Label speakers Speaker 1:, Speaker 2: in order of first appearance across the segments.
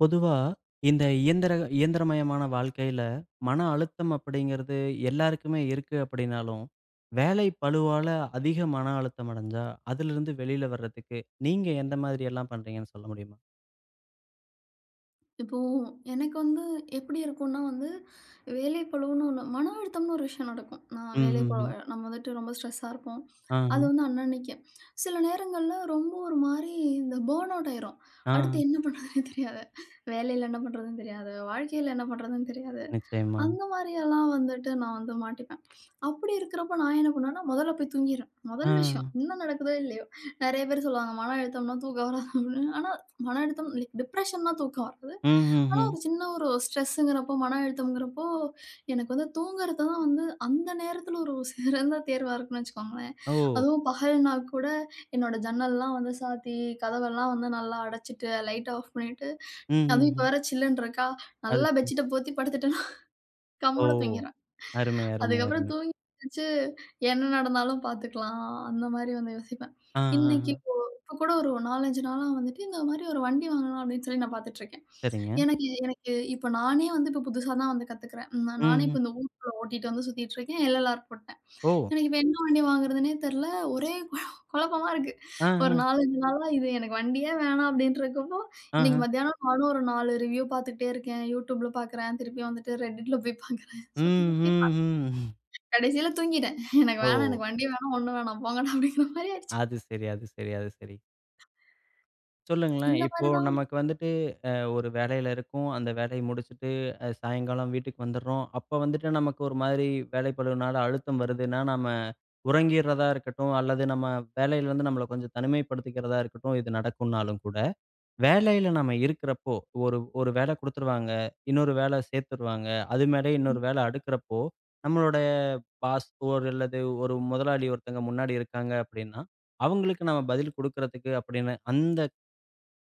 Speaker 1: பொதுவா இந்த இயந்திரமயமான வாழ்க்கையில மன அழுத்தம் அப்படிங்கிறது எல்லாருக்குமே இருக்கு அப்படின்னாலும் வேலை பளுவால அதிக மன அழுத்தம் அடைஞ்சா அதிலிருந்து வெளியில வர்றதுக்கு நீங்க எந்த மாதிரி எல்லாம் பண்றீங்கன்னு சொல்ல முடியுமா?
Speaker 2: இப்போ எனக்கு வந்து எப்படி இருக்கும்னா வந்து, வேலைப்பளுவுன்னு ஒண்ணு மன அழுத்தம்னு ஒரு விஷயம் நடக்கும்.
Speaker 1: ம்,
Speaker 2: நான்
Speaker 1: ம்,
Speaker 2: வேலைப்பளு
Speaker 1: ம்.
Speaker 2: நம்ம வந்துட்டு ரொம்ப ஸ்ட்ரெஸ்ஸா இருப்போம்.
Speaker 1: ஆ,
Speaker 2: அது வந்து அன்னன்னைக்கு. சில நேரங்கள்ல ரொம்ப ஒரு மாரி இந்த பர்ன் அவுட் ஆயிரும்.
Speaker 1: ஆ,
Speaker 2: அடுத்து
Speaker 1: ஆ.
Speaker 2: என்ன பண்றதுன்னே தெரியாது. வேலையில என்ன பண்றதுன்னு தெரியாது. வாழ்க்கையில என்ன பண்றதுன்னு தெரியாது.
Speaker 1: நிச்சயமா.
Speaker 2: அந்த மாரியெல்லாம் வந்துட்டு நான் வந்து மாட்டிப்பேன். அப்படி இருக்கிறப்ப நான் என்ன பண்ணுவேன்னா, முதல்ல போய் தூங்கிருவேன்.
Speaker 1: ஆ.
Speaker 2: முதல் விஷயம். என்ன நடக்குதோ இல்லையோ. நெறைய பேர் சொல்லுவாங்க, மன அழுத்தம்னா தூக்கம் வராது அப்படின்னு. ஆனா மன அழுத்தம் லைக் டிப்ரஷன்னா தூக்கம் வராது.
Speaker 1: ம், ம்,
Speaker 2: ஆனா,
Speaker 1: ம்.
Speaker 2: ஒரு சின்ன ஒரு ஸ்ட்ரெஸ்ஸுங்கிறப்போ, மன அழுத்தம்ங்கிறப்போ, எனக்கு வந்து தூங்குறது தான் வந்து அந்த நேரத்துல ஒரு சிறந்த தேர்வா இருக்குன்னு வச்சுக்கோங்களேன்.
Speaker 1: ஓ!
Speaker 2: அதுவும் பகல்னா கூட என்னோட ஜன்னல்லாம் வந்து சாத்தி, கதவெல்லாம் வந்து நல்லா அடைச்சிட்டு, லைட்ட ஆஃப் பண்ணிட்டு,
Speaker 1: ம், ம்,
Speaker 2: அதுவும் இப்ப
Speaker 1: ம்.
Speaker 2: வேற சில்லுன்னு இருக்கா,
Speaker 1: அது
Speaker 2: நல்லா
Speaker 1: சரி.
Speaker 2: பெட்ஷீட்ட போத்தி படுத்துட்டேன்னா
Speaker 1: ஓ!
Speaker 2: கம்முனு தூங்கிறேன்.
Speaker 1: அருமை, அருமை,
Speaker 2: அதுக்கப்புறம்
Speaker 1: அருமை.
Speaker 2: தூங்கி எந்திரிச்சு என்ன நடந்தாலும் பாத்துக்கலாம், அந்த மாரி வந்து யோசிப்பேன்.
Speaker 1: ஆ, ஆ,
Speaker 2: இன்னைக்கு
Speaker 1: ஆ.
Speaker 2: இப்போ இப்ப கூட ஒரு 4, 5 நாளா வந்துட்டு இந்த மாரி ஒரு வண்டி வாங்கலாம் அப்படின்னு சொல்லி நான் பாத்துட்டுருக்கேன்.
Speaker 1: சரிங்க.
Speaker 2: எனக்கு எனக்கு இப்ப நானே வந்து இப்ப புதுசா தான் வந்து கத்துக்கிறேன். நான்
Speaker 1: ம்,
Speaker 2: நானே
Speaker 1: ம்.
Speaker 2: இப்ப இந்த ஊருக்குள்ள ஓட்டிட்டு வந்து சுத்திட்டு இருக்கேன். எல்எல்ஆர் போட்டேன்.
Speaker 1: ஓ!
Speaker 2: எனக்கு இப்ப என்ன வண்டி வாங்குறதுன்னே தெரியல. ஒரே குழ குழப்பமா இருக்கு.
Speaker 1: ஆ,
Speaker 2: ஒரு
Speaker 1: ஆ,
Speaker 2: 4, 5 நாளா இது எனக்கு வண்டியே வேணாம் அப்டின்ட்டு இருக்கப்போ,
Speaker 1: ஆ,
Speaker 2: இன்னைக்கு
Speaker 1: ஆ.
Speaker 2: மத்தியானம் நானும் ஒரு 4 ரிவ்யூ பாத்துக்கிட்டே இருக்கேன். YouTubeல பாக்குறேன். திருப்பி வந்துட்டு Redditல போய் பாக்குறேன். சுத்தி
Speaker 1: ம்,
Speaker 2: சுத்தி
Speaker 1: ம்,
Speaker 2: பாத்து
Speaker 1: ம்.
Speaker 2: கடைசில தூங்கிட்டேன். எனக்கு
Speaker 1: ஓ!
Speaker 2: வேணாம், எனக்கு வண்டி வேணாம், ஒண்ணும் வேணாம் போங்கடா அப்டிங்கிற மாரி ஆயிடுச்சு.
Speaker 1: அது சரி, அது சரி, அது சரி. சொல்லுங்களேன்.
Speaker 2: இந்த
Speaker 1: இப்போ
Speaker 2: மாரி தான்.
Speaker 1: நமக்கு வந்துட்டு ஒரு வேலையில இருக்கோம். அந்த வேலைய முடிச்சுட்டு சாயங்காலம் வீட்டுக்கு வந்துடுறோம். அப்ப வந்துட்டு நமக்கு ஒரு மாதிரி வேலைப்பளுவினால அழுத்தம் வருதுன்னா, நம்ம உறங்கிறதா இருக்கட்டும், அல்லது நம்ம வேலையிலேருந்து நம்மள கொஞ்சம் தனிமைப்படுத்திக்கிறதா இருக்கட்டும், இது நடக்கும்னாலும் கூட, வேலையில நம்ம இருக்கிறப்போ, ஒரு ஒரு வேலை குடுத்துருவாங்க. இன்னொரு வேலை சேர்த்துருவாங்க. அது மேலே இன்னொரு வேலை அடுக்குறப்போ, நம்மளோட பாஸ் ஒரு அல்லது ஒரு முதலாளி ஒருத்தங்க முன்னாடி இருக்காங்க அப்படின்னா, அவங்களுக்கு நம்ம பதில் குடுக்குறதுக்கு அப்படின்னு அந்த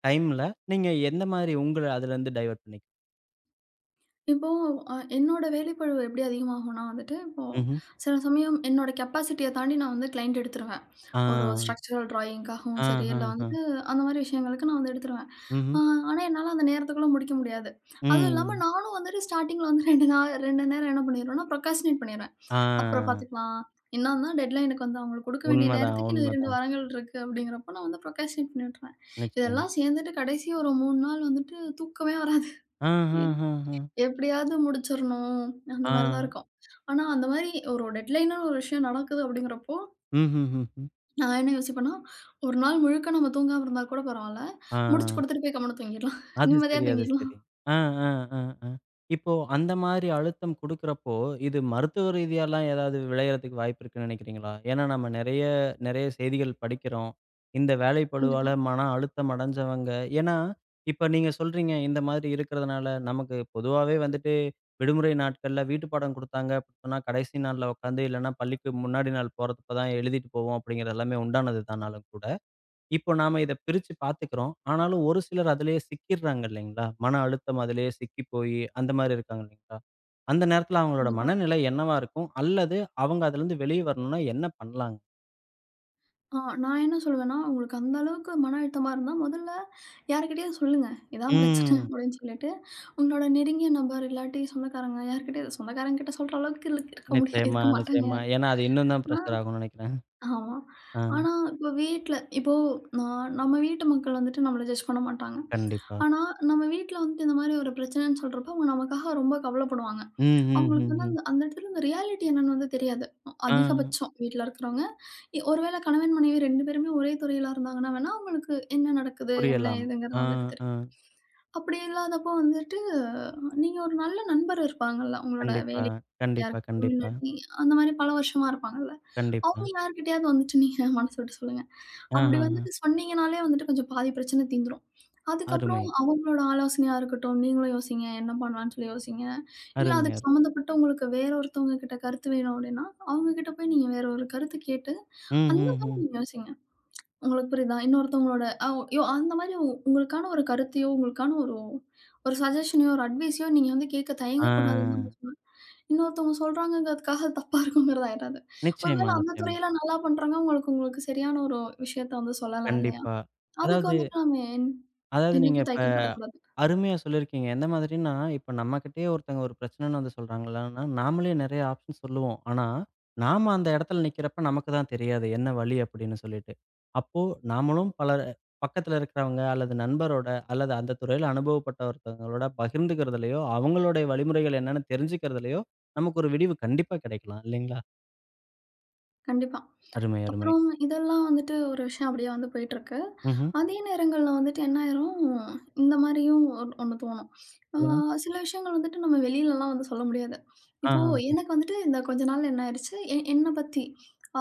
Speaker 1: டைம்ல நீங்க எந்த மாரி உங்கள அதுலருந்து டைவர்ட் பண்ணிக்.
Speaker 2: இப்போ என்னோட வேலைப்பளுவு எப்படி அதிகமாகும்னா வந்துட்டு, இப்போ
Speaker 1: ம்ஹ்ம்.
Speaker 2: சில சமயம் என்னோட கெப்பாசிட்டிய தாண்டி நான் வந்து கிளையண்ட் எடுத்துருவேன்.
Speaker 1: ஆ.
Speaker 2: ஒரு ஸ்ட்ரக்சரல் டிராயிங்க்காகவும்
Speaker 1: ஆ,
Speaker 2: சரி,
Speaker 1: ஆ,
Speaker 2: இல்ல
Speaker 1: ஆ.
Speaker 2: வந்துட்டு அந்த மாரி விஷயங்களுக்கு நான் வந்து எடுத்துருவேன்.
Speaker 1: ம்ஹ்ம்.
Speaker 2: அ ஆனா, என்னால அந்த நேரத்துக்குள்ள முடிக்க முடியாது. அதுவும் இல்லாம
Speaker 1: ம்.
Speaker 2: நானும் வந்துட்டு ஸ்டார்ட்டிங்ல வந்து 2 நேரம் என்ன பண்ணிருவேன்னா, ப்ரொக்ராஸ்டினேட் பண்ணிருவேன். அப்புறம்
Speaker 1: ஆ.
Speaker 2: பார்த்துக்கலாம். இன்னும் தான் டெட்லைனுக்கு வந்து அவங்களுக்கு குடுக்க வேண்டிய
Speaker 1: உண்மதான்,
Speaker 2: நேரத்துக்கு இன்னும் 2
Speaker 1: உண்மதான்.
Speaker 2: வாரங்கள் இருக்கு அப்படிங்கிறப்போ, நான் வந்து ப்ரொக்ராஸ்டினேட் பண்ணி விட்டுருவேன்.
Speaker 1: நிச்சயமா.
Speaker 2: இதெல்லாம் சேர்ந்துட்டு கடைசி ஒரு 3 நாள் வந்துட்டு தூக்கமே வராது.
Speaker 1: ஆ, ஆ, ஆ, ஆ.
Speaker 2: எப்படியாவது முடிச்சிரணும். அந்த
Speaker 1: ஆ.
Speaker 2: மாரி தான் இருக்கும். ஆனா, அந்த மாரி ஒரு டெட்லைனா ஒரு விஷயம் நடக்குது அப்படிங்கிறப்போ,
Speaker 1: ம்ஹ்ஹ்ஹ்ம்.
Speaker 2: நான் என்ன யோசிப்பேன்னா, ஒரு நாள் முழுக்க நம்ம தூங்காம இருந்தா கூட பரவால்ல.
Speaker 1: ஆ.
Speaker 2: முடிச்சு குடுத்துட்டு போய் கம்முனு தூங்கிடலாம்.
Speaker 1: அது
Speaker 2: நிம்மதியா
Speaker 1: சரி, அது
Speaker 2: தூங்கிடலாம்.
Speaker 1: சரி. ஆ, ஆ, ஆ, ஆ. இப்போ அந்த மாரி அழுத்தம் குடுக்குறப்போ, இது மருத்துவ ரீதியாலாம் ஏதாவது விளையறதுக்கு வாய்ப்பு இருக்குன்னு நெனைக்கிறீங்களா? ஏன்னா நம்ம நெறைய நெறைய செய்திகள் படிக்கிறோம். இந்த வேலை பளுவால
Speaker 2: கண்டிப்பா,
Speaker 1: மன அழுத்தம் அடைஞ்சவங்க ஏன்னா, இப்ப நீங்க சொல்றீங்க இந்த மாதிரி இருக்கிறதுனால, நமக்கு பொதுவாவே வந்துட்டு விடுமுறை நாட்கள்ல வீட்டு பாடம் குடுத்தாங்க அப்டி சொன்னா, கடைசி நாள்ல உட்காந்து இல்லன்னா பள்ளிக்கு முன்னாடி நாள் போறப்ப தான் எழுதிட்டு போவோம் அப்படிங்கிறது எல்லாமே உண்டானது தானாலும் கூட. இப்போ நாம இத பிரிச்சு பார்த்துக்கிறோம். ஆனாலும் ஒரு சிலர் அதிலேயே சிக்கிர்றாங்க இல்லைங்களா? மன அழுத்தம் அதிலேயே சிக்கி போயி, அந்த மாரி இருக்காங்க இல்லைங்களா? அந்த நேரத்துல அவங்களோட
Speaker 2: கண்டிப்பா.
Speaker 1: மனநிலை என்னவா இருக்கும்? அல்லது அவங்க அதுலருந்து வெளிய வரணும்னா என்ன பண்ணலாங்க?
Speaker 2: நான் என்ன சொல்லுவேன்னா, உங்களுக்கு அந்த அளவுக்கு மன அழுத்தமா இருந்தா முதல்ல யார்கிட்டயாவது சொல்லுங்க. இதான் பிரச்சனை
Speaker 1: ம்.
Speaker 2: அப்படின்னு சொல்லிட்டு, உங்களோட நெருங்கிய நபர் இல்லாட்டி சொந்தக்காரங்க யார்கிட்டயாவது சொந்தக்காரங்க கிட்ட சொல்ற அளவுக்கு இருக்க முடியாது
Speaker 1: நிச்சயமா,
Speaker 2: இருக்க மாட்டாங்க
Speaker 1: நிச்சயமா.
Speaker 2: யாரும்.
Speaker 1: ஏன்னா அது இன்னும் தான்
Speaker 2: ஆனா
Speaker 1: பிரஷர் ஆகும்னு நெனைக்கிறேன்.
Speaker 2: ஆமா.
Speaker 1: ஆ,
Speaker 2: ஆனா, இப்போ வீட்ல இப்போ நம்ம வீட்டு மக்கள் வந்துட்டு நம்மள ஜட்ஜ் பண்ண மாட்டாங்க.
Speaker 1: கண்டிப்பா.
Speaker 2: ஆனா, நம்ம வீட்ல வந்துட்டு இந்த மாரி ஒரு பிரச்சனைன்னு சொல்றப்போ, அவங்க நமக்காக ரொம்ப கவலைப்படுவாங்க.
Speaker 1: ம், ம்,
Speaker 2: அவங்களுக்கு
Speaker 1: ம்,
Speaker 2: வந்து
Speaker 1: ம்.
Speaker 2: அந்த அந்த இடத்துல இந்த ரியாலிட்டி என்னன்னு வந்து தெரியாது.
Speaker 1: ஆ,
Speaker 2: அதிகபட்சம் வீட்ல இருக்கிறவங்க, ஒருவேளை கணவன், மனைவி 2 பேருமே ஒரே துறையில இருந்தாங்கன்னா வேணா, அவங்களுக்கு என்ன நடக்குது, என்ன
Speaker 1: புரியலாம். ஆ,
Speaker 2: ஏதுங்கிறது வந்துட்டு
Speaker 1: ஆ.
Speaker 2: தெரியும். அப்படி இல்லாதப்போ வந்துட்டு, நீங்க ஒரு நல்ல நண்பர் இருப்பாங்கல்ல, உங்களோட
Speaker 1: கண்டிப்பா,
Speaker 2: வேலையா
Speaker 1: கண்டிப்பா,
Speaker 2: இருக்கட்டும்,
Speaker 1: கண்டிப்பா,
Speaker 2: இல்லாட்டி அந்த மாரி பல வருஷமா இருப்பாங்கல்ல.
Speaker 1: கண்டிப்பா.
Speaker 2: அவங்க யார்கிட்டயாவது வந்துட்டு நீங்க மனசு விட்டு சொல்லுங்க. அப்படி
Speaker 1: ஆஹஹ.
Speaker 2: வந்துட்டு சொன்னீங்கனாலே வந்துட்டு கொஞ்சம் பாதி பிரச்சனை தீந்துரும்.
Speaker 1: அருமை,
Speaker 2: அதுக்கப்புறம் அவங்களோட ஆலோசனையா இருக்கட்டும், நீங்களும் யோசிங்க. என்ன பண்ணலான்னு சொல்லி யோசிங்க. இல்ல
Speaker 1: அருமை, அருமை.
Speaker 2: அதுக்கு சம்மந்தப்பட்ட உங்களுக்கு வேற ஒருத்தவங்க கிட்ட கருத்து வேணும் அப்படின்னா, அவங்க கிட்ட போய் நீங்க வேற ஒரு கருத்து கேட்டு,
Speaker 1: ம்,
Speaker 2: அந்த
Speaker 1: ம்,
Speaker 2: மாதிரி
Speaker 1: ம்.
Speaker 2: நீங்க யோசிங்க. உங்களுக்கு புரியுதா? இன்னொருத்தவங்களோட அ யோ அந்த மாரி உங்களுக்கான ஒரு கருத்தையோ, உங்களுக்கான ஒரு ஒரு சஜஷனையோ, ஒரு அட்வைஸையோ நீங்க வந்து கேட்க தயங்கக்கூடாதுன்னு தான்
Speaker 1: ஆ.
Speaker 2: நான் சொல்லுவேன். இன்னொருத்தவங்க சொல்றாங்கங்கிறதுக்காக அது தப்பா இருக்குங்கிறது ஆயிடாது. ஒரு
Speaker 1: நிச்சயமா,
Speaker 2: வேளை அந்த
Speaker 1: நிச்சயமா.
Speaker 2: துறையில நல்லா பண்றாங்க, உங்களுக்கு உங்களுக்கு சரியான ஒரு விஷயத்த வந்து சொல்லலாம் இல்லையா?
Speaker 1: கண்டிப்பா.
Speaker 2: அதுக்கு
Speaker 1: அதாவது
Speaker 2: வந்துட்டு நம்ம என்
Speaker 1: அதாவது நீங்க
Speaker 2: என்னைக்கும்
Speaker 1: இப்ப
Speaker 2: தயக்கம் காட்டக்கூடாது.
Speaker 1: அருமையா சொல்லியிருக்கீங்க. எந்த மாதிரின்னா, இப்ப நம்மகிட்டயே ஒருத்தங்க ஒரு பிரச்சனைன்னு வந்து சொல்றாங்களான்னா, நாமளே நெறைய ஆப்ஷன் சொல்லுவோம். ஆனா, நாம அந்த இடத்துல நிக்கிறப்ப நமக்கு தான் தெரியாது என்ன வழி அப்படின்னு சொல்லிட்டு. அப்போ நாமளும் பலர் பக்கத்துல இருக்கிறவங்க அல்லது நண்பரோட அல்லது அந்த துறையில அனுபவப்பட்ட ஒருத்தவங்களோட பகிர்ந்துக்கிறதுலயோ, அவங்களுடைய வழிமுறைகள் என்னன்னு தெரிஞ்சுக்கிறதுலயோ, நமக்கு ஒரு விடிவு கண்டிப்பா கிடைக்கலாம் இல்லைங்களா?
Speaker 2: கண்டிப்பா.
Speaker 1: அருமை, அருமை.
Speaker 2: அப்புறம் இதெல்லாம் வந்துட்டு ஒரு விஷயம் அப்படியே வந்து போயிட்டுருக்கு.
Speaker 1: ம்ஹ்ம்.
Speaker 2: அதே நேரங்கள்ல வந்துட்டு என்ன ஆயிரும், இந்த மாரியும் ஒண்ணு தோணும். ஆ
Speaker 1: சொல்லுங்க.
Speaker 2: சில விஷயங்கள் வந்துட்டு நம்ம வெளிலலாம் வந்து சொல்ல முடியாது.
Speaker 1: ஆ.
Speaker 2: இப்போ எனக்கு வந்துட்டு இந்த கொஞ்ச நாள் என்ன ஆயிருச்சு, என்ன பத்தி,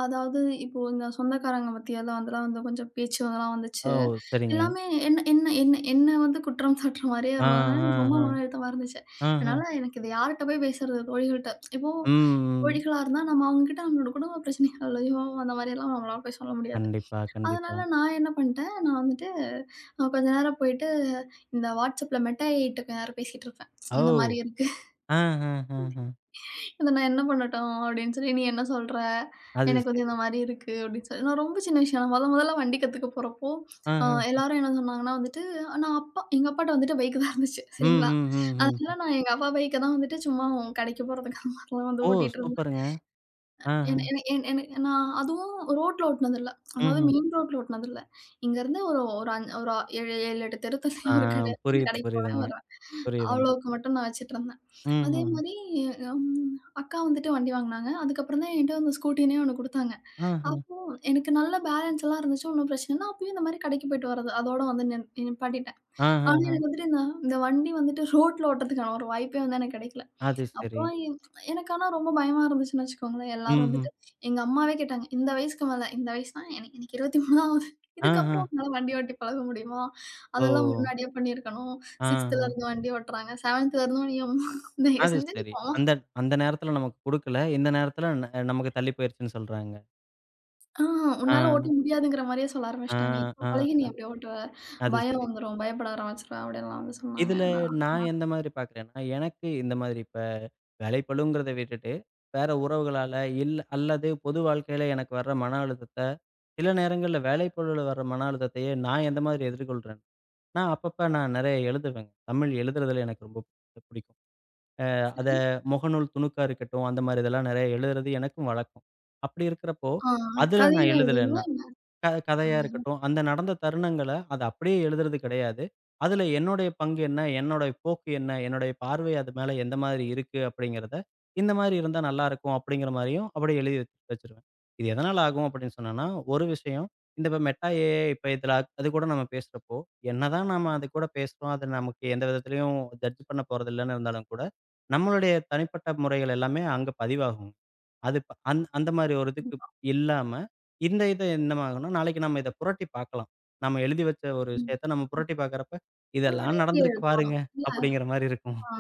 Speaker 2: அதாவது இப்போ இந்த சொந்தக்காரங்க மத்தியலாம் அதெல்லாம் வந்துலாம் வந்து கொஞ்சம் பேச்சு அதெல்லாம்
Speaker 1: ஆ.
Speaker 2: வந்துச்சு.
Speaker 1: ஓ! சரிங்க.
Speaker 2: எல்லாமே என்ன என்ன என்ன என்ன வந்து குற்றம் சாட்டுற மாரியே
Speaker 1: ஆ,
Speaker 2: இருந்ததுனால
Speaker 1: ஆ,
Speaker 2: எனக்கு ரொம்ப மன
Speaker 1: ஆ.
Speaker 2: அழுத்தமா இருந்துச்சு.
Speaker 1: ஆஹ.
Speaker 2: அதனால எனக்கு இது யார்ட்ட போய் பேசுறது தோழிகள்ட்ட. இப்போ
Speaker 1: ம், ம்.
Speaker 2: தோழிகளா இருந்தா நம்ம அவங்ககிட்ட நம்மளோட குடும்ப பிரச்சனைகள்லயோ, அந்த மாரியெல்லாம் நம்மளால போய் சொல்ல முடியாது.
Speaker 1: கண்டிப்பா, கண்டிப்பா.
Speaker 2: அதனால நான் என்ன பண்ணிட்டேன், நான் வந்துட்டு கொஞ்ச நேரம் போயிட்டு இந்த WhatsAppல மெட்டா ஏஐட்ட கொஞ்ச நேரம் பேசிட்டு இருப்பேன்.
Speaker 1: ஓ!
Speaker 2: இந்த மாரி இருக்கு.
Speaker 1: ஆ, ஹ, ஹ, ஹ.
Speaker 2: இத நான் என்ன பண்ணட்டும்? அப்படின்னு சொல்லி, "நீ என்ன சொல்ற?
Speaker 1: அது
Speaker 2: எனக்கு வந்து
Speaker 1: சரி.
Speaker 2: இந்த மாரி இருக்கு" அப்படின்னு சொல்லி நான் ரொம்ப சின்ன விஷயம். நான் மொதல்ல வண்டி கத்துக்க போறப்போ, அ
Speaker 1: ஆஹ.
Speaker 2: எல்லாரும் என்ன சொன்னாங்கன்னா வந்துட்டு, நான் அப்பா எங்க அப்பாட்ட வந்துட்டு பைக் தான் இருந்துச்சு.
Speaker 1: ம்,
Speaker 2: சரிங்களா?
Speaker 1: ம், ம், ம்.
Speaker 2: அதனால நான் எங்க அப்பா பைக்க தான் வந்துட்டு சும்மா கடைக்கு போறதுக்கு அந்த மாரிலாம் வந்து
Speaker 1: ஓ!
Speaker 2: ஓட்டிட்டு இருந்தேன்.
Speaker 1: சூப்பருங்க. ஆஹ.
Speaker 2: என என என் எனக்கு நான் அதுவும் ரோட்ல ஓட்டுனதில்ல. அதாவது
Speaker 1: ம்ஹ்ம்.
Speaker 2: மெயின் ரோட்ல ஓட்டுனதில்ல. இங்கருந்து ஒரு ஒரு அஞ் ஒரு 7, 7, 8 தெரு தள்ளி
Speaker 1: ஆ,
Speaker 2: ஒரு கடை இருக்கு. அந்த
Speaker 1: புரியுது,
Speaker 2: கடைக்கு போவேன்,
Speaker 1: புரியுதுங்க.
Speaker 2: வருவேன்.
Speaker 1: புரியுதுங்க.
Speaker 2: அவ்வளவுக்கு மட்டும் நான் வச்சுட்டுருந்தேன். அதே
Speaker 1: ம்ஹ்ம்.
Speaker 2: மாரி ம் அக்கா வந்துட்டு வண்டி வாங்குனாங்க. அதுக்கப்புறம் தான் என்ட்ட வந்து ஸ்கூட்டினே ஒண்ணு குடுத்தாங்க.
Speaker 1: ஆஹ.
Speaker 2: அப்போ எனக்கு நல்ல பேலன்ஸ் எல்லாம் இருந்துச்சு. ஒண்ணும் பிரச்சனை இல்ல. அப்பயும் இந்த மாரி கடைக்கு போயிட்டு வர்றது. அதோட வந்து நிப்பாட்டிட்டேன். ஆனா
Speaker 1: ஆஹஹ.
Speaker 2: எனக்கு வந்துட்டு இந்த இந்த வண்டி வந்துட்டு ரோட்ல ஓட்டுறதுக்கான ஒரு வாய்ப்பே வந்து எனக்கு கிடைக்கல.
Speaker 1: அது சரி.
Speaker 2: அப்புறம் என் எனக்கு ஆனா ரொம்ப பயமா இருந்துச்சுன்னு வச்சுக்கோங்களேன். எல்லாரும்
Speaker 1: ம்ஹ்ம்.
Speaker 2: வந்துட்டு எங்க அம்மாவே கேட்டாங்க. இந்த வயசுக்கு மேல இந்த வயசுனா எனக்கு எனக்கு 23 தான் ஆகுது.
Speaker 1: ஆஹ.
Speaker 2: இதுக்கப்புறம் உன்னால வண்டி ஓட்டி பழக முடியுமா?
Speaker 1: ஓ!
Speaker 2: அதெல்லாம் முன்னாடியே பண்ணியிருக்கணும்.
Speaker 1: ஆஹ.
Speaker 2: 6த்துல இருந்து வண்டி ஓட்டுறாங்க. 7த்துல இருந்தும் நீ அம்மா தயவு
Speaker 1: அது
Speaker 2: செஞ்சு நீ
Speaker 1: சரி.
Speaker 2: போம்மா.
Speaker 1: அந்த அந்த நேரத்துல நமக்கு குடுக்கல. இந்த நேரத்துல நமக்கு தள்ளி போயிருச்சுன்னு சொல்றாங்க.
Speaker 2: ஆ உன்னால ஓட்ட
Speaker 1: ஆ,
Speaker 2: முடியாதுங்கிற மாரியே சொல்ல
Speaker 1: ஆ,
Speaker 2: ஆரம்பிச்சுட்டாங்க. இப்ப
Speaker 1: ஆ.
Speaker 2: பழகி நீ எப்படி ஓட்டுவ?
Speaker 1: அது
Speaker 2: பயம்
Speaker 1: சரி.
Speaker 2: வந்துரும். பயப்பட ஆரம்பிச்சுருவ அப்படின்லாம் வந்து சொன்னாங்க.
Speaker 1: இதுல
Speaker 2: நான்
Speaker 1: நான்
Speaker 2: நான்
Speaker 1: எந்த மாதிரி பார்க்குறேன்னா, எனக்கு இந்த மாதிரி இப்ப வேலைப்பளுங்கிறத விட்டுட்டு, வேற உறவுகளால அல்லது பொது வாழ்க்கையில எனக்கு வர்ற மன அழுத்தத்த, சில நேரங்கள்ல வேலைப்பளுல வர்ற மன அழுத்தத்தையே நான் எந்த மாதிரி எதிர்கொள்றேன். நான் அப்பப்ப நான் நெறைய எழுதுவேங்க. தமிழ் எழுதுறதுல எனக்கு ரொம்ப பிடிக்கும். அத
Speaker 2: சரி.
Speaker 1: முகநூல் துணுக்கா இருக்கட்டும், அந்த மாதிரி இதெல்லாம் நெறைய எழுதுறது எனக்கும் வழக்கம். அப்படி இருக்கிறப்போ,
Speaker 2: ஆ
Speaker 1: அதுல நான்
Speaker 2: கதையெல்லாம்
Speaker 1: எழுதல.
Speaker 2: எழுதுவீங்க?
Speaker 1: கதையா
Speaker 2: ம்.
Speaker 1: இருக்கட்டும், அந்த நடந்த தருணங்கள அத அப்படியே எழுதுறது கிடையாது. அதுல என்னுடைய பங்கு என்ன? என்னுடைய போக்கு என்ன? என்னுடைய பார்வை அது மேல எந்த மாதிரி இருக்கு? அப்படிங்கிறத, இந்த மாரி இருந்தா நல்லாருக்கும் அப்படிங்கிற மாரியும் அப்படியே எழுதி வச்சு வச்சுருவேன். இது எதனால ஆகும் அப்படின்னு சொன்னேன்னா, ஒரு விஷயம் இந்த இப்ப மெட்டா ஏஐ இப்ப இதுல அது கூட நம்ம பேசுறப்போ, என்னதான் நாம அது கூட பேசுறோம், அது நமக்கு எந்த விதத்திலயும் ஜட்ஜ் பண்ண போறதில்லன்னு இருந்தாலும் கூட, நம்மளுடைய தனிப்பட்ட முறைகள் எல்லாமே அங்க பதிவாகும். அது ப அந் அந்த மாரி ஒரு இதுக்கு இல்லாம, இந்த இத என்ன ஆகும்னா, நாளைக்கு நம்ம இத புரட்டி பார்க்கலாம். நம்ம எழுதி வச்ச ஒரு
Speaker 2: ம்.
Speaker 1: விஷயத்த நம்ம புரட்டி பார்க்கிறப்ப,
Speaker 2: ஒரு
Speaker 1: இதெல்லாம்
Speaker 2: டைரி
Speaker 1: நடந்திருக்கு
Speaker 2: எழுதலாம்.
Speaker 1: பாருங்க,
Speaker 2: இல்ல?
Speaker 1: அப்படிங்கிற மாரி இருக்கும்.
Speaker 2: ஆ.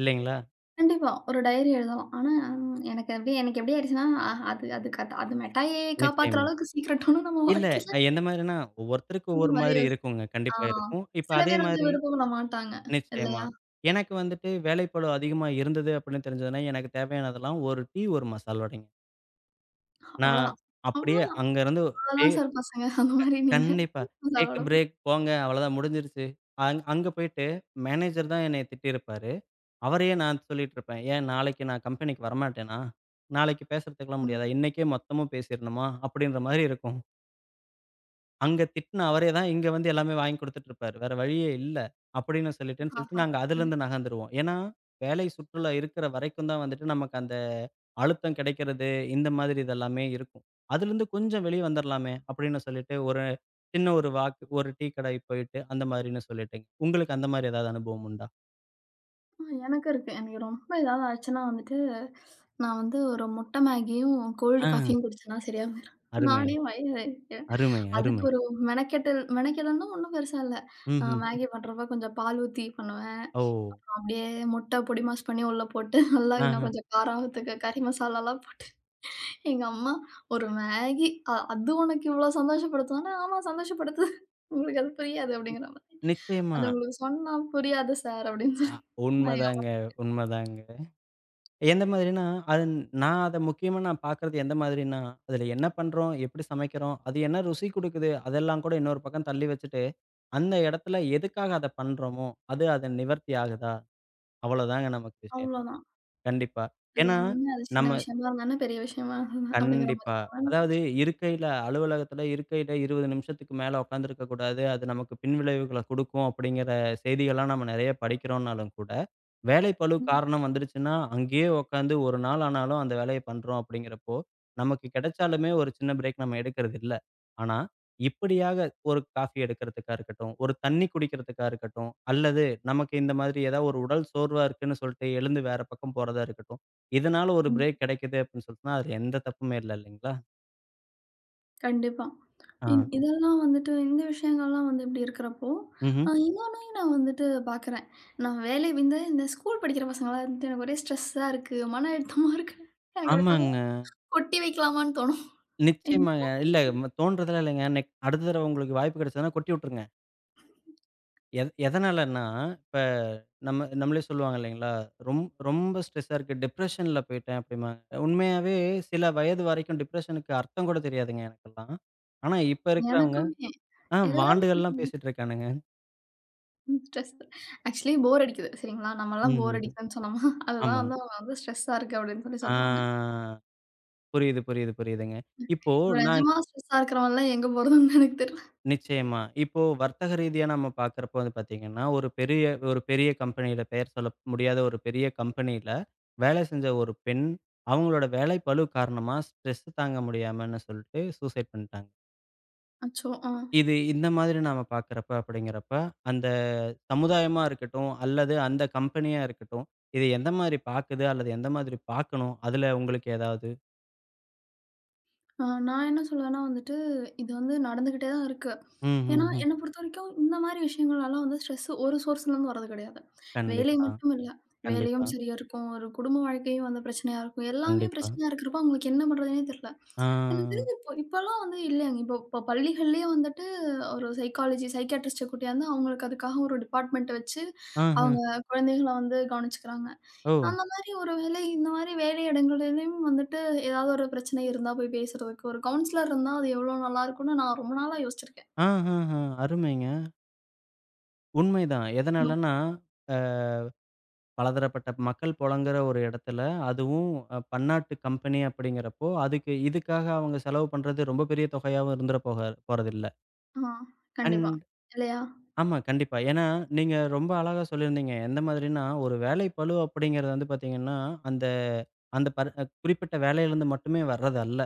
Speaker 1: இல்லைங்களா?
Speaker 2: கண்டிப்பா. ஒரு டைரி எழுதலாம். ஆனா ம், எனக்கு அப்படியே எனக்கு எப்படி ஆயிடுச்சுன்னா, அ அது அதுக்கு அது கத- அது மிட்டாயை காப்பாத்துற
Speaker 1: நிச்சயமா.
Speaker 2: அளவுக்கு சீக்ரெட் ஒண்ணும் நம்ம
Speaker 1: இல்ல
Speaker 2: வாழ்க்கையில
Speaker 1: எந்த மாரின்னா, ஒவ்வொருத்தருக்கு
Speaker 2: அந்த
Speaker 1: ஒவ்வொரு
Speaker 2: மாரி
Speaker 1: மாரி
Speaker 2: யோசி
Speaker 1: இருக்குங்க.
Speaker 2: ஆ
Speaker 1: கண்டிப்பா இருக்கும். இப்ப
Speaker 2: சில
Speaker 1: அதே
Speaker 2: பேர் வந்து
Speaker 1: மாரி
Speaker 2: விருப்பப்பட மாட்டாங்க.
Speaker 1: நிச்சயமா.
Speaker 2: இல்லையா?
Speaker 1: எனக்கு வந்துட்டு வேலைப்பளு அதிகமா இருந்தது அப்படின்னு தெரிஞ்சதுன்னா, எனக்கு தேவையானதெல்லாம் ஒரு டீ, ஒரு மசால் வடைங்க. நான்
Speaker 2: அவ்வளோதான்.
Speaker 1: அப்படியே
Speaker 2: அவ்வளோதான்.
Speaker 1: அங்கருந்து டே
Speaker 2: அவ்வளோதான் சார் பசங்க. அந்த மாரி நீங்க
Speaker 1: கண்டிப்பா. டேக்
Speaker 2: அதோட
Speaker 1: அ
Speaker 2: போ-
Speaker 1: பிரேக் போங்க. அவ்வளதான் முடிஞ்சிருச்சு. அங்க போயிட்டு மேனேஜர் தான் என்னைய திட்டியிருப்பாரு. அவரையே நான் சொல்லிட்டுருப்பேன். "ஏன் நாளைக்கு நான் கம்பெனிக்கு வரமாட்டேனா? நாளைக்கு பேசுறதுக்கெல்லாம் முடியாதா?
Speaker 2: ம்.
Speaker 1: இன்னைக்கே மொத்தமும் பேசிரணுமா?" அப்படின்ற மாரி இருக்கும். அங்க திட்ன அவரே தான் இங்க வந்து எல்லாமே வாங்கி குடுத்துட்டுருப்பாரு. வேற வழியே இல்ல. அப்படின்னு சொல்லிட்டேன்னு சொல்லிட்டு
Speaker 2: ஆமா.
Speaker 1: நாங்க அதுலருந்து
Speaker 2: கண்டிப்பா.
Speaker 1: நகர்ந்துருவோம். ஏன்னா, வேலை சுற்றுலா இருக்கிற வரைக்கும் தான் வந்துட்டு நமக்கு அந்த அழுத்தம் கிடைக்கிறது, இந்த மாதிரி இது எல்லாமே இருக்கும். அதுலருந்து கொஞ்சம் வெளிய வந்துரலாமே! அப்படின்னு சொல்லிட்டு, ஒரு சின்ன ஒரு வாக் ஒரு டீ கடைக்கு போயிட்டு, அந்த மாரின்னு சொல்லிட்டீங்க. உங்களுக்கு அந்த மாரி ஏதாவது அனுபவம் உண்டா?
Speaker 2: எனக்கு இருக்கு. எனக்கு ரொம்ப ஏதாவது ஆச்சுன்னா வந்துட்டு, நான் வந்து ஒரு முட்டை மேகியும், கோல்டு
Speaker 1: ஆ.
Speaker 2: காஃபியும் குடிச்சேன்னா சரியா போயிரும்.
Speaker 1: அருமை,
Speaker 2: நானே வயிறு
Speaker 1: அருமை,
Speaker 2: அதுக்கு
Speaker 1: அருமை.
Speaker 2: ஒரு மெனக்கெடல்னா ஒண்ணும் பெருசா இல்ல. நான்
Speaker 1: ம்ஹ்ம்.
Speaker 2: மேகி பண்றப்ப கொஞ்சம் பால் ஊத்தி பண்ணுவேன்.
Speaker 1: ஓ!
Speaker 2: அப்படியே முட்டை பொடி மாஸ் பண்ணி உள்ள போட்டு, நல்லா இன்னும்
Speaker 1: ஆஹ.
Speaker 2: கொஞ்சம் காரம் ஆவறதுக்கு கறி மசாலாலாம் போட்டு, எங்க அம்மா "ஒரு மேகி அது உனக்கு இவ்ளோ சந்தோஷப்படுத்தும்னா?" "ஆமா சந்தோஷப்படுத்துது. உங்களுக்கு அது புரியாது." அப்படிங்கிற மாரி.
Speaker 1: நிச்சயமா.
Speaker 2: "அது உங்களுக்கு சொன்னா புரியாது சார்" அப்படின்னு
Speaker 1: அ
Speaker 2: சொல்லி நான் எங்க அம்மா
Speaker 1: உண்மதாங்க, உண்மதாங்க. எந்த மாதிரின்னா, அது நான் அத முக்கியமா நான் பார்க்குறது எந்த மாதிரின்னா, அதில என்ன பண்றோம்? எப்படி சமைக்கிறோம்? அது என்ன ருசி குடுக்குது? அதெல்லாம் கூட இன்னொரு பக்கம் தள்ளி வச்சுட்டு, அந்த இடத்துல எதுக்காக அத பண்றோமோ, அது அத நிவர்த்தி ஆகுதா? அவ்வளோதாங்க நமக்கு விஷயமே.
Speaker 2: அவ்வளோதான்.
Speaker 1: கண்டிப்பா.
Speaker 2: அது
Speaker 1: ஏன்னா,
Speaker 2: என்ன அது சின்ன
Speaker 1: நம்ம
Speaker 2: விஷயமா இருந்தாலும் பெரிய விஷயமா இருந்தது அப்படிங்கிற மாரி
Speaker 1: கண்டிப்பா. அதாவது இருக்கையில அலுவலகத்துல இருக்கையில 20 நிமிஷத்துக்கு மேல உட்கார்ந்திருக்க கூடாது. அது நமக்கு பின்விளைவுகள குடுக்கும் அப்படிங்கிற செய்திகள்லாம் நம்ம நெறைய படிக்கிறோம்னாலும் கூட, வேலைப்பளு
Speaker 2: ம்,
Speaker 1: காரணம் வந்துருச்சுன்னா, அங்கேயே உட்காந்து 1 நாள் ஆனாலும் அந்த வேலைய பண்றோம் அப்படிங்கிறப்போ, நமக்கு கிடைச்சாலுமே ஒரு சின்ன பிரேக் நம்ம எடுக்கிறது இல்ல. ஆனா, இப்படியாக ஒரு காஃபி எடுக்கிறதுக்கா இருக்கட்டும், ஒரு தண்ணி குடிக்கிறதுக்கா இருக்கட்டும், அல்லது நமக்கு இந்த மாதிரி ஏதாவது ஒரு உடல் சோர்வா இருக்குன்னு சொல்லிட்டு எழுந்து வேற பக்கம் போறதா இருக்கட்டும். இதனால ஒரு
Speaker 2: ம்.
Speaker 1: பிரேக் கிடைக்குது அப்படின்னு சொல்லிட்டுனா, அதுல எந்த தப்புமே இல்ல இல்லைங்களா?
Speaker 2: கண்டிப்பா.
Speaker 1: ஆ.
Speaker 2: இதெல்லாம் வந்துட்டு இந்த விஷயங்கள்லாம் வந்து இப்படி இருக்கிறப்போ,
Speaker 1: ம்ஹ்ம்.
Speaker 2: இன்னொன்னையும் நான் வந்துட்டு பார்க்குறேன். நான் வேலை இந்த இந்த ஸ்கூல் படிக்கிற பசங்கலாம் வந்துட்டு எனக்கு ஒரே ஸ்ட்ரெஸ்ஸா இருக்கு, மன அழுத்தமா இருக்கு. எனக்கு அப்படி பார்த்தா
Speaker 1: ஆமாங்க.
Speaker 2: கொட்டி வைக்கலாமான்னு தோணும்.
Speaker 1: நிச்சயமாங்க. இல்ல ம தோன்றதெல்லாம் இல்லைங்க. அடுத்த தடவ உங்களுக்கு வாய்ப்பு கிடைச்சதுன்னா கொட்டி விட்டுருங்க. எதனாலன்னா, இப்ப நம்ம நம்மளே சொல்லுவாங்க இல்லைங்களா? ரொம்ப ஸ்ட்ரெஸ்ஸா இருக்கு. டிப்ரஷன்ல போயிட்டேன் அப்படிம்பாங்க. உண்மையாவே சில வயது வரைக்கும் டிப்ரஷனுக்கு அர்த்தம் கூட தெரியாதுங்க எனக்கெல்லாம். ஆனா இப்ப இருக்கிறவங்க
Speaker 2: எனக்குமே.
Speaker 1: ஆ
Speaker 2: எல்லாரும்
Speaker 1: வாண்டுகள்லாம்
Speaker 2: சொல்லுவாங்க.
Speaker 1: பேசிட்டு இருக்கானுங்க.
Speaker 2: ம் ஸ்ட்ரெஸ் ஆக்சுவலி போர் அடிக்குது. சரிங்களா? நம்மலாம் போர்
Speaker 1: ம்ஹ்ம்.
Speaker 2: அடிக்குதுன்னு சொன்னோமா, அதுதான்
Speaker 1: ஆமாங்க.
Speaker 2: வந்து அவங்க வந்து ஸ்ட்ரெஸ்ஸா இருக்கு அப்படின்னு சொல்லி சொல்றாங்க.
Speaker 1: ஆ, புரியுது, புரியுது, புரியுதுங்க. இப்போ
Speaker 2: இப்ப
Speaker 1: நான்
Speaker 2: நிஜமா ஸ்ட்ரெஸ்ஸா இருக்கிறவன்லாம் எங்க போறதுன்னு எனக்கு தெரியல.
Speaker 1: நிச்சயமா. இப்போ வர்த்தக ரீதியா நம்ம பார்க்கிறப்போ வந்து பார்த்தீங்கன்னா, ஒரு பெரிய ஒரு பெரிய கம்பெனியில பெயர் சொல்ல முடியாத ஒரு பெரிய கம்பெனியில வேலை செஞ்ச ஒரு பெண், அவங்களோட வேலை பளு காரணமா ஸ்ட்ரெஸ் தாங்க முடியாமன்னு சொல்ட்டு சூசைட் பண்ணிட்டாங்க.
Speaker 2: அச்சோ! ஆ.
Speaker 1: இது இந்த மாதிரி நாம பார்க்கிறப்ப அப்படிங்கிறப்ப, அந்த சமுதாயமா இருக்கட்டும், அல்லது அந்த கம்பெனியா இருக்கட்டும், இது எந்த மாதிரி பார்க்குது அல்லது எந்த மாதிரி பார்க்கணும்? அதுல உங்களுக்கு ஏதாவது
Speaker 2: நான் என்ன சொல்லுவேன்னா வந்துட்டு, இது வந்து நடந்துகிட்டே தான் இருக்கு.
Speaker 1: ம்,
Speaker 2: ஏன்னா,
Speaker 1: ம், ம்.
Speaker 2: என்ன பொறுத்தவரைக்கும் இந்த மாரி விஷயங்கள்லாம் வந்து ஸ்ட்ரெஸ் ஒரு சோர்ஸ்லருந்து வரது கிடையாது. வேலை
Speaker 1: கண்டிப்பா,
Speaker 2: மட்டும் இல்ல.
Speaker 1: கண்டிப்பா,
Speaker 2: வேலையும் சரியா இருக்கும். ஒரு குடும்ப வாழ்க்கையும் வந்து பிரச்சனையா இருக்கும். எல்லாமே
Speaker 1: கண்டிப்பா.
Speaker 2: பிரச்சனையா இருக்கிறப்போ அவங்களுக்கு என்ன பண்றதுன்னே தெரியல. எனக்கு
Speaker 1: ஆ.
Speaker 2: தெரிஞ்சு இப்போ இப்பலாம் வந்து இல்லைங்க. இப்போ இப்போ பள்ளிகள்லயே வந்துட்டு ஒரு சைக்காலஜி, சைக்கியாட்ரிஸ்ட்ட கூட்டியாந்து அவங்களுக்கு அதுக்காக ஒரு டிபார்ட்மெண்ட் வச்சு
Speaker 1: ஆஹ.
Speaker 2: அவங்க குழந்தைகள வந்து கவனிச்சுக்கிறாங்க.
Speaker 1: ஓ!
Speaker 2: அந்த மாரி ஒரு வேளை இந்த மாரி வேலை இடங்களிலும் வந்துட்டு ஏதாவது ஒரு பிரச்சனை இருந்தா போய் பேசுறதுக்கு, ஒரு கவுன்சிலர் இருந்தா அது எவ்வளோ நல்லாருக்கும்னு நான் ரொம்ப நாளா யோசிச்சிருக்கேன்.
Speaker 1: ஆஹஹ! அருமைங்க. உண்மைதான்.
Speaker 2: ம்.
Speaker 1: எதனாலன்னா, அ பலதரப்பட்ட மக்கள் புழங்குற ஒரு இடத்துல, அதுவும் பன்னாட்டு கம்பெனி அப்படிங்கிறப்போ, அதுக்கு இதுக்காக அவங்க செலவு பண்றது ரொம்ப பெரிய தொகையாவும் இருந்துற போக போறதில்ல.
Speaker 2: ஆ. கண்டிப்பா.
Speaker 1: அண்ட்
Speaker 2: இல்லையா?
Speaker 1: ஆமா, கண்டிப்பா. ஏன்னா, நீங்க ரொம்ப அழகா சொல்லியிருந்தீங்க. எந்த மாதிரின்னா, ஒரு வேலை பளு அப்படிங்கிறது வந்து பார்த்தீங்கன்னா, அந்த அந்த பர் குறிப்பிட்ட வேலையிலருந்து மட்டுமே வர்றது அல்ல.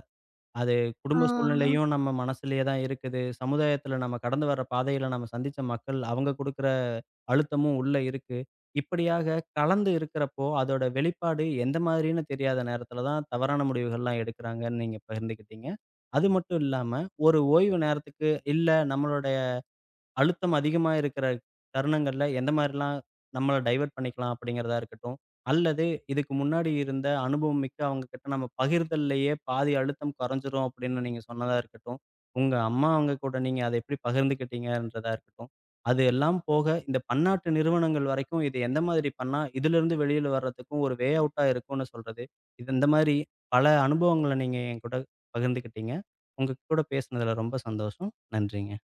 Speaker 1: அது
Speaker 2: ஆ.
Speaker 1: குடும்ப சூழ்நிலையும் நம்ம மனசுலயே தான் இருக்குது. சமுதாயத்துல நம்ம கடந்து வர பாதையில நம்ம சந்திச்ச மக்கள், அவங்க குடுக்குற அழுத்தமும் உள்ள இருக்கு. இப்படியாக கலந்து இருக்கிறப்போ, அதோட வெளிப்பாடு எந்த மாதிரின்னு தெரியாத நேரத்துல தான் தவறான முடிவுகள்லாம் எடுக்குறாங்கன்னு நீங்க பகிர்ந்துக்கிட்டீங்க. அது மட்டும் இல்லாம, ஒரு ஓய்வு நேரத்துக்கு இல்ல நம்மளோட அழுத்தம் அதிகமா இருக்கிற தருணங்கள்ல எந்த மாரிலாம் நம்மள டைவர்ட் பண்ணிக்கலாம் அப்படிங்கிறதா இருக்கட்டும். அல்லது இதுக்கு முன்னாடி இருந்த அனுபவம் மிக்க அவங்க கிட்ட நம்ம பகிர்தல்லயே பாதி அழுத்தம் குறைஞ்சிரும் அப்படின்னு நீங்க சொன்னதா இருக்கட்டும். உங்க அம்மா அவங்க கூட நீங்க அத எப்படி பகிர்ந்துக்கிட்டீங்கன்றதா இருக்கட்டும். அது எல்லாம் போக இந்த பன்னாட்டு நிறுவனங்கள் வரைக்கும் இது எந்த மாதிரி பண்ணா இதிலிருந்து வெளியில வர்றதுக்கும் ஒரு வே அவுட்டா இருக்கும்னு சொல்றது. இது இந்த மாரி பல அனுபவங்கள நீங்க என் கூட பகிர்ந்துக்கிட்டீங்க. உங்க கூட பேசுனதுல ரொம்ப சந்தோஷம். நன்றிங்க.